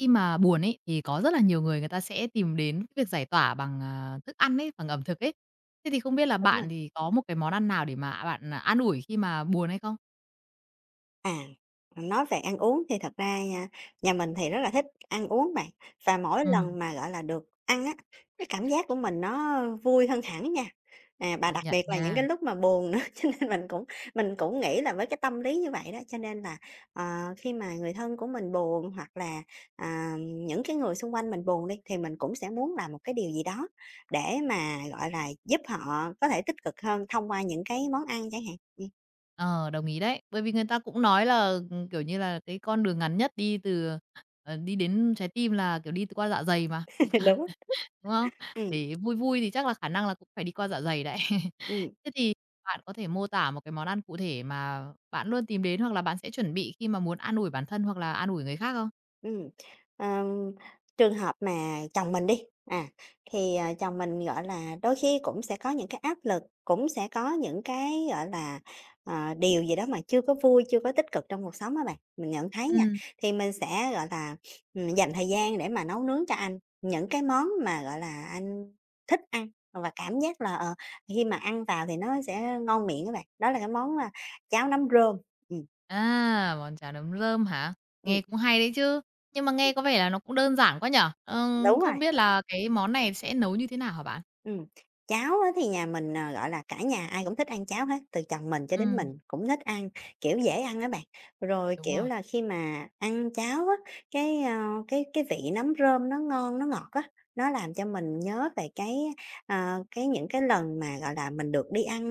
Khi mà buồn ấy, thì có rất là nhiều người người ta sẽ tìm đến cái việc giải tỏa bằng, thức ăn ấy, bằng ẩm thực ấy. Thế thì không biết là Đúng rồi. bạn thì có một cái món ăn nào để mà bạn, an ủi khi mà buồn hay không? À, nói về ăn uống thì thật ra nha, nhà mình thì rất là thích ăn uống bạn, và mỗi Ừm, lần mà, gọi là, được ăn á, cái cảm giác của mình nó vui hơn hẳn nha, và công đặc nhận biệt là những nha. cái lúc mà buồn nữa, cho nên mình cũng nghĩ là với cái tâm lý như vậy đó, cho nên là, khi mà người thân của mình buồn hoặc là, những cái người xung quanh mình buồn đi, thì mình cũng sẽ muốn làm một cái điều gì đó để mà, gọi là, giúp họ có thể tích cực hơn thông qua những cái món ăn chẳng hạn. Ờ, đồng ý đấy. Bởi vì người ta cũng nói là, kiểu như là, cái con đường ngắn nhất đi từ đi đến trái tim là, kiểu, đi qua dạ dày mà. Đúng, Đúng không? ừ Để vui vui thì chắc là khả năng là cũng phải đi qua dạ dày đấy. ừ. Thế thì bạn có thể mô tả một cái món ăn cụ thể mà bạn luôn tìm đến hoặc là bạn sẽ chuẩn bị khi mà muốn an ủi bản thân hoặc là an ủi người khác không? Ừm, ờm, Trường hợp mà chồng mình đi, thì, chồng mình, gọi là, đôi khi cũng sẽ có những cái áp lực, cũng sẽ có những cái, gọi là, điều gì đó mà chưa có vui, chưa có tích cực trong cuộc sống á bạn. Mình nhận thấy nha, Ừ, thì mình sẽ, gọi là, dành thời gian để mà nấu nướng cho anh những cái món mà, gọi là, anh thích ăn và cảm giác là, khi mà ăn vào thì nó sẽ ngon miệng các bạn. Đó là cái món, a, cháo nấm rơm. Ừm, à, Món chả nấm rơm hả? ừm, Nghe cũng hay đấy chứ, nhưng mà nghe có vẻ là nó cũng đơn giản quá nhở? Đúng rồi. Không biết là cái món này sẽ nấu như thế nào hả bạn? Ừm, Cháo á thì nhà mình, ờ, gọi là, cả nhà ai cũng thích ăn cháo hết, từ chồng mình cho Ừ, đến mình cũng thích ăn, kiểu, dễ ăn đó bạn. Rồi, đúng kiểu rồi. là, khi mà ăn cháo á, cái, ơ, cái vị nấm rơm nó ngon, nó ngọt á, nó làm cho mình nhớ về cái, ờ, cái những cái lần mà, gọi là, mình được đi ăn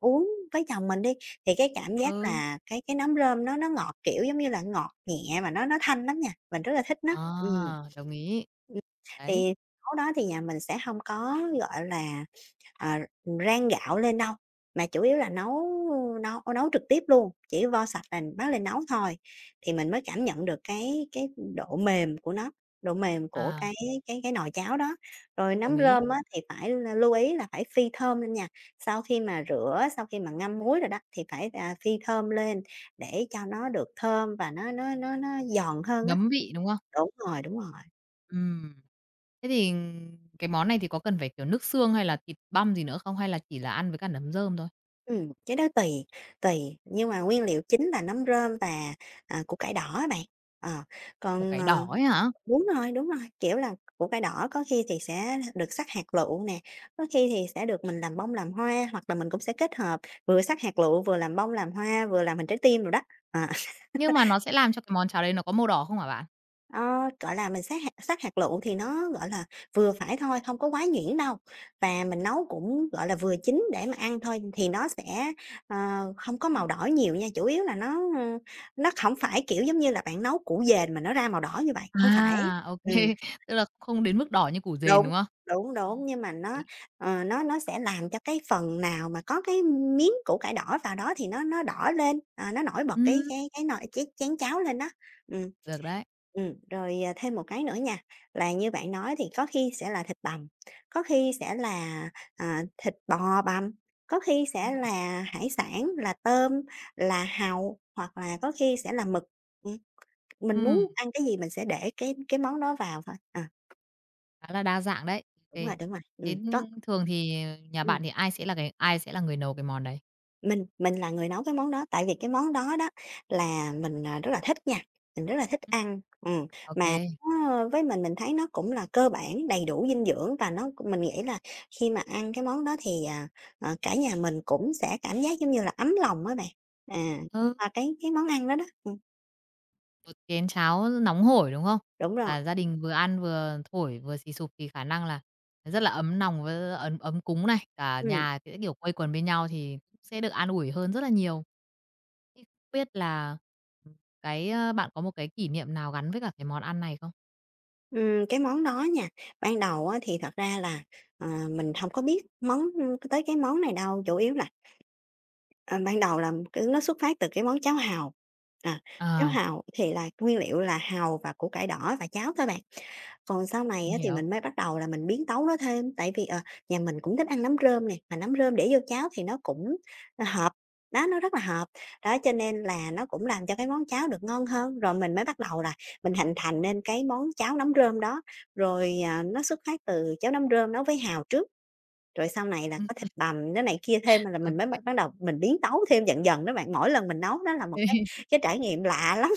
uống với chồng mình đi, thì cái cảm giác Ừ, là cái nấm rơm nó ngọt, kiểu, giống như là, ngọt nhẹ mà nó thanh lắm nha, mình rất là thích nó. à, Ừm. đồng ý. Ừm, Đấy, thì Nấu đó thì nhà mình sẽ hông có, gọi là, ờ, rang gạo lên đâu, mà chủ yếu là nấu nấu nấu trực tiếp luôn, chỉ vo sạch là bắt lên nấu thôi, thì mình mới cảm nhận được cái độ mềm của nó, độ mềm của à, cái nồi cháo đó. Rồi đồng nấm ý, rơm á thì phải lưu ý là phải phi thơm lên nha, sau khi mà rửa, sau khi mà ngâm muối rồi đó thì phải, phi thơm lên để cho nó được thơm và nó giòn hơn á. ngấm vị, đúng không? Đúng rồi, đúng rồi. Ừ. Thế thì cái món này thì có cần phải, kiểu, nước xương hay là thịt băm gì nữa không? Hay là chỉ là ăn với cả nấm rơm thôi? Cái đó tùy, tùy, nhưng mà nguyên liệu chính là nấm rơm và, củ cải đỏ á bạn. Ờ, Củ còn, cải ờ đỏ ấy hả? Đúng rồi, kiểu là, củ cải đỏ có khi thì sẽ được sắc hạt lựu nè, có khi thì sẽ được mình làm bông làm hoa, hoặc là mình cũng sẽ kết hợp vừa sắc hạt lựu vừa làm bông làm hoa, vừa làm hình trái tim rồi đó. Ờ. Nhưng mà nó sẽ làm cho cái món cháo đấy nó có màu đỏ không hả bạn? Ờ, gọi là, mình sát hạt lựu thì nó, gọi là, vừa phải thôi, không có quá nhuyễn đâu, và mình nấu cũng, gọi là, vừa chín để mà ăn thôi thì nó sẽ, ờ, không có màu đỏ nhiều nha, chủ yếu là nó, ơ, nó không phải, kiểu, giống như là bạn nấu củ dền mà nó ra màu đỏ như vậy, không phải. À, ô Ừm, kê, tức là không đến mức đỏ như củ dền, đúng, đúng không? đúng, Ừm, đúng, nhưng mà hợp nó, lý. Nó sẽ làm cho cái phần nào mà có cái miếng củ cải đỏ vào đó thì nó đỏ lên, ờ, nó nổi bật cái Ừm, cái cái nồi cái chén cháo lên đó. Ừm. được đấy. Rồi, thêm một cái nữa nha, là như bạn nói thì có khi sẽ là thịt bằm, có khi sẽ là, thịt bò bằm, có khi Ờ, sẽ là hải sản là tôm, là hàu, hoặc là có khi sẽ là mực. Ừm, mình muốn ừm, ăn cái gì mình sẽ để cái món đó vào thôi. À, khá là đa dạng đấy. OK kê. Đúng rồi, Thế, có. thường thì nhà Ừ. bạn thì ai sẽ là người nấu cái món đấy? Mình là người nấu cái món đó, tại vì cái món đó đó là mình, rất là thích nha, mình rất là thích Ừm, ăn, ô. mà nó với mình thấy nó cũng là cơ bản, đầy đủ dinh dưỡng và nó mình nghĩ là khi mà ăn cái món đó thì, cả nhà mình cũng sẽ cảm giác giống như là ấm lòng á bạn, à, Ừ. qua cái món ăn đó đó. Một chén cháo nóng hổi, đúng không? Đúng rồi, Cả gia đình vừa ăn vừa thổi, vừa xì xụp thì khả năng là rất là ấm nòng và ấm ấm cúng này, cả ừm, nhà sẽ, kiểu, quây quần bên nhau thì cũng sẽ được an ủi hơn rất là nhiều. Thế không biết là, bạn có một cái kỷ niệm nào gắn với cả cái món ăn này không? Cái món đó nha, ban đầu á thì thật ra là, mình không có biết món tới cái món này đâu, chủ yếu là Ờ, ban đầu là cái nó xuất phát từ cái món cháo hàu, à, cháo À, hàu thì là nguyên liệu là hàu và củ cải đỏ và cháo thôi bạn. Còn sau này mình á thì hiểu. mình mới bắt đầu là mình biến tấu nó thêm, tại vì, nhà mình cũng thích ăn nấm rơm nè, mà nấm rơm để vô cháo thì nó cũng, ờ, hợp, đó, nó rất là hợp. Đó, cho nên là nó cũng làm cho cái món cháo được ngon hơn, rồi mình mới bắt đầu là mình hình thành nên cái món cháo nấm rơm đó, rồi, nó xuất phát từ cháo nấm rơm nấu với hàu trước. Rồi sau này là Ừm, có thịt bằm nữa này kia thêm, là mình mới ô. bắt bắt đầu mình biến tấu thêm dần dần đó bạn, mỗi lần mình nấu đó là một cái cái trải nghiệm lạ lắm.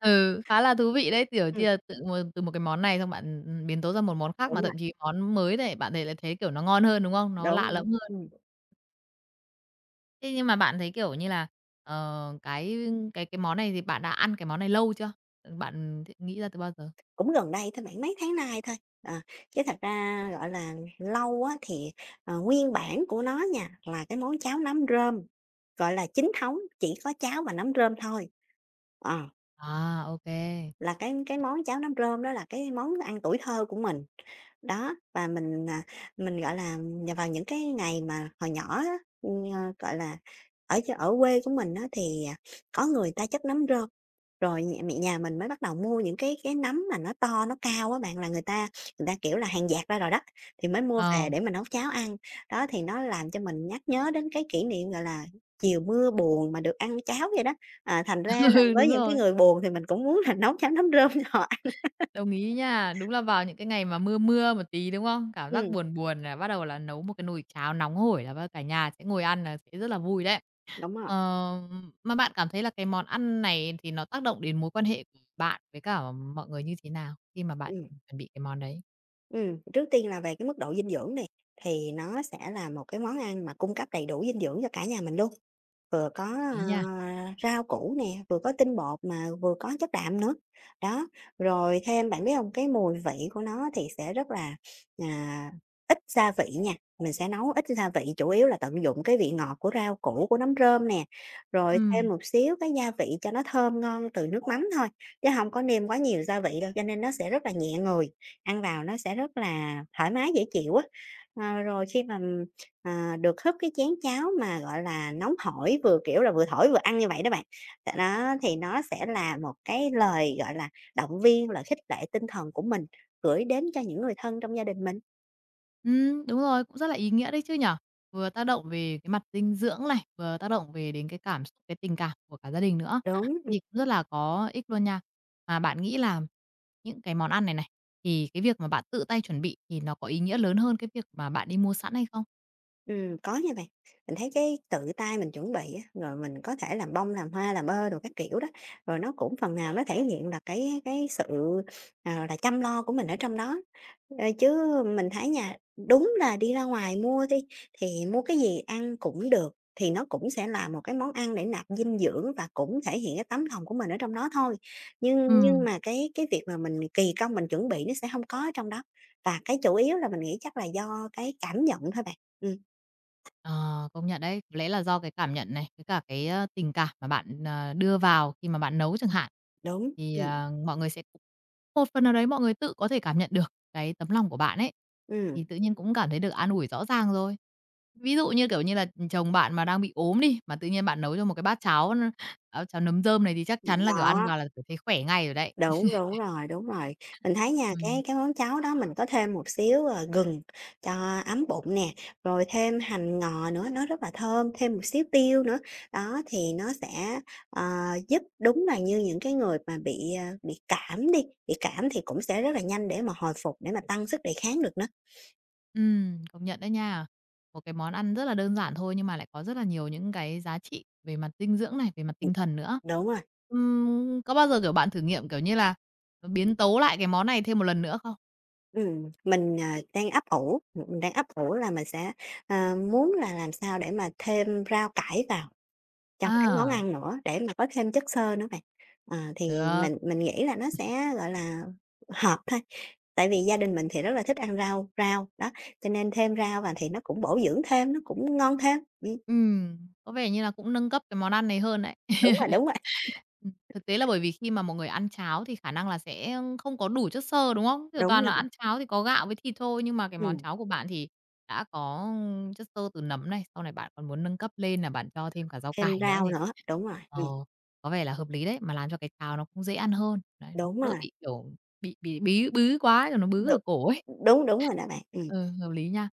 Ừ, khá là thú vị đấy, kiểu Ừm, như là, tự một từ một cái món này xong bạn, biến tấu ra một món khác mà đúng rồi, thậm chí món mới này bạn thấy lại thấy, kiểu, nó ngon hơn, đúng không? Nó đúng, lạ lẫm. đúng, Thế nhưng mà bạn thấy, kiểu như là, ờ, cái cái món này thì bạn đã ăn cái món này lâu chưa? Bạn nghĩ ra từ bao giờ? cũng gần đây thôi bạn, mấy tháng nay thôi, ờ, chứ thật ra, gọi là, lâu á thì, nguyên bản của nó nha, là cái món cháo nấm rơm, gọi là, chính thống, chỉ có cháo và nấm rơm thôi. Ờ, À, ok. là cái món cháo nấm rơm đó là cái món ăn tuổi thơ của mình. Đó, và mình, mình, gọi là, nhờ vào những cái ngày mà hồi nhỏ á, ờ, gọi là, ở quê của mình á thì, có người ta chất nấm rơm, rồi nhà mình mới bắt đầu mua những cái nấm mà nó to, nó cao á bạn, là người ta, kiểu là, hàng dạt ra rồi đó, thì mới mua về Ờ, để mà nấu cháo ăn. Đó, thì nó làm cho mình nhắc nhớ đến cái kỷ niệm, gọi là, chiều mưa buồn mà được ăn cháo vậy đó. À, thành ra là ừ, với đúng những cái rồi, người buồn thì mình cũng muốn là nấu cháo nấm rơm cho họ ăn. đồng ý nha. Đúng là vào những cái ngày mà mưa mưa một tí, đúng không? Cảm giác Ừm, buồn buồn là bắt đầu là nấu một cái nồi cháo nóng hổi là cả nhà sẽ ngồi ăn là sẽ rất là vui đấy. đúng rồi, Ờ, mà bạn cảm thấy là cái món ăn này thì nó tác động đến mối quan hệ của bạn với cả mọi người như thế nào khi mà bạn ừm. Chuẩn bị cái món đấy? Trước tiên là về cái mức độ dinh dưỡng này thì nó sẽ là một cái món ăn mà cung cấp đầy đủ dinh dưỡng cho cả nhà mình luôn. Vừa có, Ý nha. Rau củ nè, vừa có tinh bột mà vừa có chất đạm nữa. Đó, rồi thêm bạn biết không cái mùi vị của nó thì sẽ rất là, à, ít gia vị nha, mình sẽ nấu ít gia vị, chủ yếu là tận dụng cái vị ngọt của rau củ, của nấm rơm nè, rồi Ừ. thêm một xíu cái gia vị cho nó thơm ngon từ nước mắm thôi, chứ không có nêm quá nhiều gia vị đâu, cho nên nó sẽ rất là nhẹ người, ăn vào nó sẽ rất là thoải mái, dễ chịu á. Ờ, rồi khi mà À, được húp cái chén cháo mà, gọi là, nóng hổi, vừa, kiểu là, vừa thổi vừa ăn như vậy đó bạn. Tại đó thì nó sẽ là một cái lời, gọi là, động viên, lời khích lệ tinh thần của mình gửi đến cho những người thân trong gia đình mình, đúng rồi, cũng rất là ý nghĩa đấy chứ nhỉ? Vừa tác động về cái mặt dinh dưỡng này, vừa tác động đến cái cảm xúc, cái tình cảm của cả gia đình nữa, đúng. thì cũng rất là có ích luôn nha. Mà bạn nghĩ là những cái món ăn này này, thì cái việc mà bạn tự tay chuẩn bị thì nó có ý nghĩa lớn hơn cái việc mà bạn đi mua sẵn hay không? Có nha bạn. Mình thấy cái tự tay mình chuẩn bị á, rồi mình có thể làm bông, làm hoa, làm bơ đồ các kiểu đó, rồi nó cũng phần nào nó thể hiện là cái sự, là chăm lo của mình ở trong đó. Ờ, chứ mình thấy nha, đúng là đi ra ngoài mua đi, thì mua cái gì ăn cũng được, thì nó cũng sẽ là một cái món ăn để nạp dinh dưỡng và cũng thể hiện cái tấm lòng của mình ở trong đó thôi. Nhưng nhưng Ừm. mà cái việc mà mình kỳ công mình chuẩn bị nó sẽ không có ở trong đó, và cái chủ yếu là mình nghĩ chắc là do cái cảm nhận thôi bạn. Ừm. Ờ, công nhận đấy. Có lẽ là do cái cảm nhận này, với cả cái tình cảm mà bạn đưa vào khi mà bạn nấu chẳng hạn, Đúng, thì, mọi người sẽ một phần nào đấy mọi người tự có thể cảm nhận được cái tấm lòng của bạn ấy, ừm, thì tự nhiên cũng cảm thấy được an ủi rõ ràng rồi. Ví dụ như, kiểu như là, chồng bạn mà đang bị ốm đi, mà tự nhiên bạn nấu cho một cái bát cháo, cháo nấm rơm này thì chắc chắn là, kiểu, ăn đó, vào là, kiểu, thấy khỏe ngay rồi đấy. đúng, đúng rồi, đúng rồi. Mình thấy nha, Ừm. cái món cháo đó mình có thêm một xíu, gừng cho ấm bụng nè, rồi thêm hành ngò nữa, nó rất là thơm, thêm một xíu tiêu nữa. Đó, thì nó sẽ, ờ, giúp đúng là như những cái người mà bị, bị cảm đi, bị cảm thì cũng sẽ rất là nhanh để mà hồi phục, để mà tăng sức đề kháng được nữa. Công nhận đấy nha. Một cái món ăn rất là đơn giản thôi nhưng mà lại có rất là nhiều những cái giá trị về mặt dinh dưỡng này, về mặt tinh thần nữa. Đúng rồi, Có bao giờ, kiểu, bạn thử nghiệm, kiểu như là, biến tấu lại cái món này thêm một lần nữa không? Đang ấp ủ, mình đang ấp ủ là mình sẽ, muốn là làm sao để mà thêm rau cải vào. Trong cái món À, ăn nữa để mà có thêm chất xơ nữa bạn. Ờ, thì được. mình nghĩ là nó sẽ, gọi là, hợp thôi, tại vì gia đình mình thì rất là thích ăn rau rau, đó, cho nên thêm rau vào thì nó cũng bổ dưỡng thêm, nó cũng ngon thêm. Ừm, có vẻ như là cũng nâng cấp cái món ăn này hơn đấy. Đúng rồi, đúng rồi, thực tế là bởi vì khi mà một người ăn cháo thì khả năng là sẽ không có đủ chất xơ, đúng không? Kiểu, đúng toàn là rồi bạn, ăn cháo thì có gạo với thịt thôi, nhưng mà cái món ừm, cháo của bạn thì đã có chất xơ từ nấm này, sau này bạn còn muốn nâng cấp lên là bạn cho thêm cả rau thêm cải nữa rau thì nữa, đúng rồi, ờ, có vẻ là hợp lý đấy, mà làm cho cái cháo nó cũng dễ ăn hơn. Đấy, nó cũng đúng đỡ rồi, bị, kiểu, bị bí bứ quá, rồi nó đ bứ ở cổ ấy. đúng, đúng rồi đó bạn. Ừ, hợp lý nha.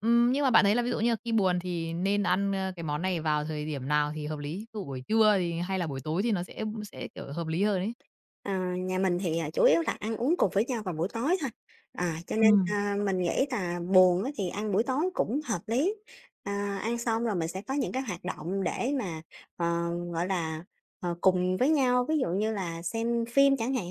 Nhưng mà bạn thấy là ví dụ như là khi buồn thì nên ăn, ơ, cái món này vào thời điểm nào thì hợp lý? Ví dụ buổi trưa thì hay là buổi tối thì nó sẽ, kiểu, hợp lý hơn ấy? Nhà mình thì, chủ yếu là ăn uống cùng với nhau vào buổi tối thôi, cho nên, Ừm. Mình nghĩ là buồn á thì ăn buổi tối cũng hợp lý. À, ăn xong rồi mình sẽ có những cái hoạt động để mà, gọi là, cùng với nhau, ví dụ như là xem phim chẳng hạn,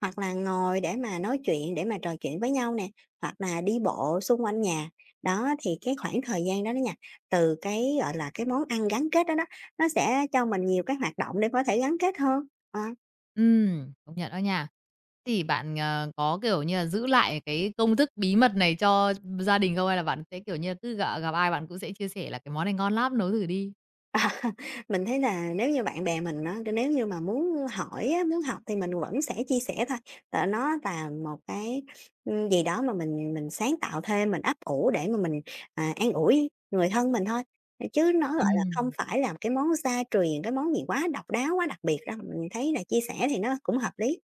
hoặc là ngồi để mà nói chuyện, để mà trò chuyện với nhau nè, hoặc là đi bộ xung quanh nhà. Đó, thì cái khoảng thời gian đó đó nha, từ cái, gọi là, cái món ăn gắn kết đó đó, nó sẽ cho mình nhiều cái hoạt động để có thể gắn kết hơn. Ờ. Công nhận đó nha. Thì bạn, có, kiểu như là, giữ lại cái công thức bí mật này cho gia đình không? Hay là bạn sẽ, kiểu như là, cứ gặp gặp ai bạn cũng sẽ chia sẻ là "Cái món này ngon lắm, nấu thử đi." À, mình thấy là nếu như bạn bè mình á, nếu như mà muốn hỏi á, muốn học thì mình vẫn sẽ chia sẻ thôi. Tại nó là một cái, gì đó mà mình sáng tạo thêm, mình ấp ủ để mà mình, an ủi người thân mình thôi, chứ nó, gọi là, không Ừm. phải là cái món gia truyền, cái món gì quá độc đáo, quá đặc biệt đâu. Mình thấy là chia sẻ thì nó cũng hợp lý.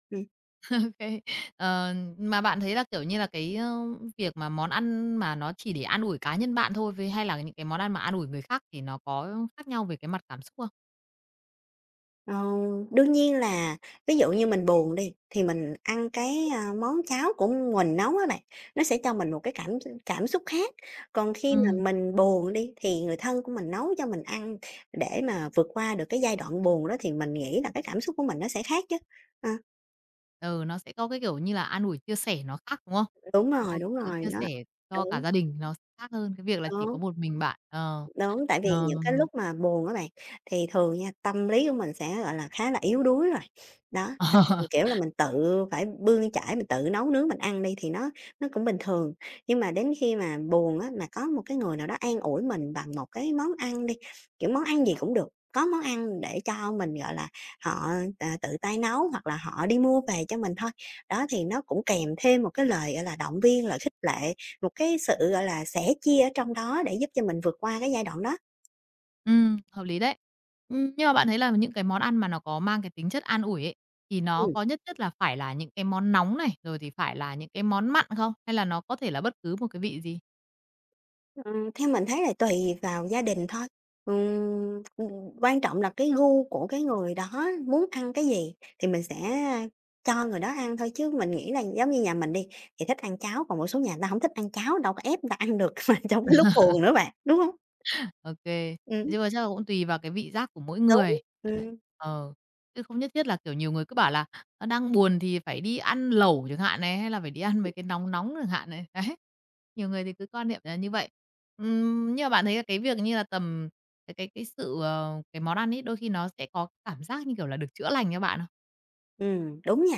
OK. Ờ, mà bạn thấy là, kiểu như là, cái việc mà món ăn mà nó chỉ để an ủi cá nhân bạn thôi với hay là những cái món ăn mà an ủi người khác thì nó có khác nhau về cái mặt cảm xúc không? Ờ, đương nhiên là ví dụ như mình buồn đi, thì mình ăn cái, món cháo của mình nấu á bạn, nó sẽ cho mình một cái cảm cảm xúc khác. Còn khi Ừ. mà mình buồn đi, thì người thân của mình nấu cho mình ăn để mà vượt qua được cái giai đoạn buồn đó thì mình nghĩ là cái cảm xúc của mình nó sẽ khác chứ. Ờ, Ừ, nó sẽ có cái, kiểu như là, an ủi chia sẻ nó khác, đúng không? Nó có cái đúng sự rồi, chia nó sẻ cho cả đúng, gia đình nó sẽ khác hơn cái việc là chỉ có đó. một mình bạn. Ờ, Đúng, tại vì ờ. những cái lúc mà buồn á bạn, thì thường nha, tâm lý của mình sẽ, gọi là, khá là yếu đuối rồi. Đó, kiểu là, mình tự phải bươn chải, mình tự nấu nướng mình ăn đi thì nó cũng bình thường. Nhưng mà đến khi mà buồn á, mà có một cái người nào đó an ủi mình bằng một cái món ăn đi, kiểu, món ăn gì cũng được, có món ăn để cho mình, gọi là, họ, tự tay nấu hoặc là họ đi mua về cho mình thôi. Đó, thì nó cũng kèm thêm một cái lời, gọi là, động viên, lời khích lệ một cái sự, gọi là, sẻ chia ở trong đó để giúp cho mình vượt qua cái giai đoạn đó. Hợp lý đấy. Nhưng mà bạn thấy là những cái món ăn mà nó có mang cái tính chất an ủi ấy, thì nó Ừm. có nhất thiết là phải là những cái món nóng này, rồi thì phải là những cái món mặn không? Hay là nó có thể là bất cứ một cái vị gì? Theo mình thấy là tùy vào gia đình thôi, ừm, ừm, quan trọng là cái gu của cái người đó muốn ăn cái gì thì mình sẽ cho người đó ăn thôi, chứ mình nghĩ là giống như nhà mình đi, thì thích ăn cháo, còn một số nhà người ta không thích ăn cháo, đâu có ép người ta ăn được mà trong cái lúc buồn nữa bạn, đúng không? Ô kê. Ừm, Nhưng mà chắc là cũng tùy vào cái vị giác của mỗi Đúng. người. Đúng, Đấy, ờ, chứ không nhất thiết là, kiểu, nhiều người cứ bảo là, đang buồn thì phải đi ăn lẩu chẳng hạn này, hay là phải đi ăn mấy cái nóng nóng chẳng hạn này, đấy. Nhiều người thì cứ quan niệm là như vậy. Nhưng mà bạn thấy là cái việc như là cái sự, cái món ăn ấy, đôi khi nó sẽ có cảm giác như kiểu là được chữa lành cho bạn không? đúng nha.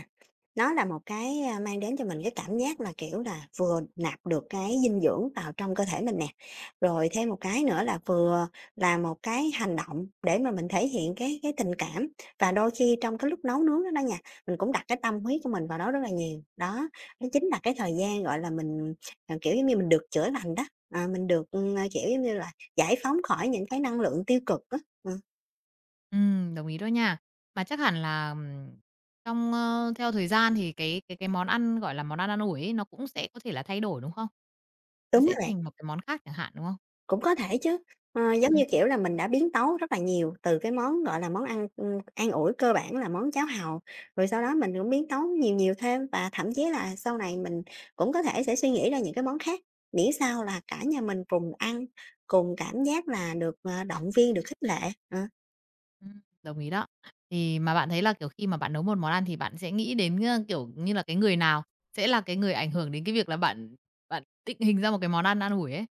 Nó là một cái, mang đến cho mình cái cảm giác là, kiểu là, vừa nạp được cái dinh dưỡng vào trong cơ thể mình nè, rồi thêm một cái nữa là vừa là một cái hành động để mà mình thể hiện cái tình cảm. Và đôi khi trong cái lúc nấu nướng đó đó nha, mình cũng đặt cái tâm huyết của mình vào đó rất là nhiều. Đó, đó chính là cái thời gian, gọi là, mình, kiểu, giống như mình được chữa lành đó, mình được, kiểu, giống như là, giải phóng khỏi những cái năng lượng tiêu cực đó. Đồng ý đó nha. Mà chắc hẳn là, trong, ơ theo thời gian thì cái món ăn, gọi là, món ăn an ủi ấy, nó cũng sẽ có thể là thay đổi, đúng không? Nó Đúng á sẽ bạn. thành một cái món khác chẳng hạn, đúng không? Cũng có thể chứ, giống như, Ừm, kiểu là, mình đã biến tấu rất là nhiều từ cái món, gọi là, món ăn, an ủi cơ bản là món cháo hàu, rồi sau đó mình cũng biến tấu nhiều nhiều thêm và thậm chí là sau này mình cũng có thể sẽ suy nghĩ ra những cái món khác, miễn sao là cả nhà mình cùng ăn, cùng cảm giác là được, động viên, được khích lệ, ờ. Đồng ý đó. Thì mà bạn thấy là, kiểu, khi mà bạn nấu một món ăn thì bạn sẽ nghĩ đến, kiểu như là, cái người nào sẽ là cái người ảnh hưởng đến cái việc là bạn bạn định hình ra một cái món ăn an ủi ấy?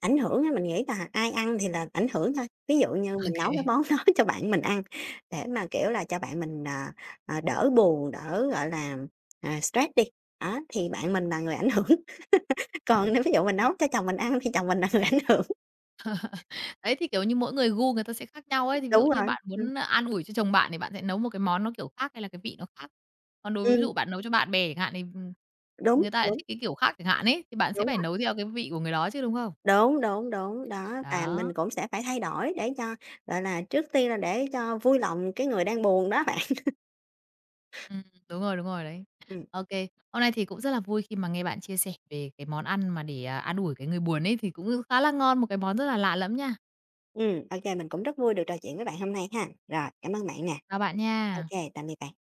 Ảnh hưởng á, mình nghĩ là ai ăn thì là ảnh hưởng thôi. Ví dụ như Ô mình nấu kê. cái món đó cho bạn mình ăn để mà, kiểu là, cho bạn mình, đỡ buồn, đỡ, gọi là, stress đi, đó, thì bạn mình là người ảnh hưởng. Còn nếu ví dụ mình nấu cho chồng mình ăn thì chồng mình là người ảnh hưởng. Đấy, thì, kiểu như, mỗi người gu người ta sẽ khác nhau ấy, thì ví dụ Đúng như rồi, bạn muốn an ủi cho chồng bạn thì bạn sẽ nấu một cái món nó, kiểu, khác hay là cái vị nó khác. Còn đối với ví ừm, dụ bạn nấu cho bạn bè chẳng hạn thì, đúng, người ta lại đúng, thích cái kiểu khác chẳng hạn ấy, thì bạn sẽ đúng phải rồi, nấu theo cái vị của người đó chứ, đúng không? đúng, đúng, đúng, đó. Và mình Đó. cũng sẽ phải thay đổi để cho, gọi là, trước tiên là để cho vui lòng cái người đang buồn đó bạn. Ừm, đúng rồi, đấy. Ừ. OK, hôm nay thì cũng rất là vui khi mà nghe bạn chia sẻ về cái món ăn mà để, an ủi cái người buồn ấy, thì cũng khá là ngon, một cái món rất là lạ lẫm nha. Ô, mình cũng rất vui được trò chuyện với bạn hôm nay ha. Rồi, cảm ơn bạn nè. Chào bạn nha. OK, tạm biệt bạn.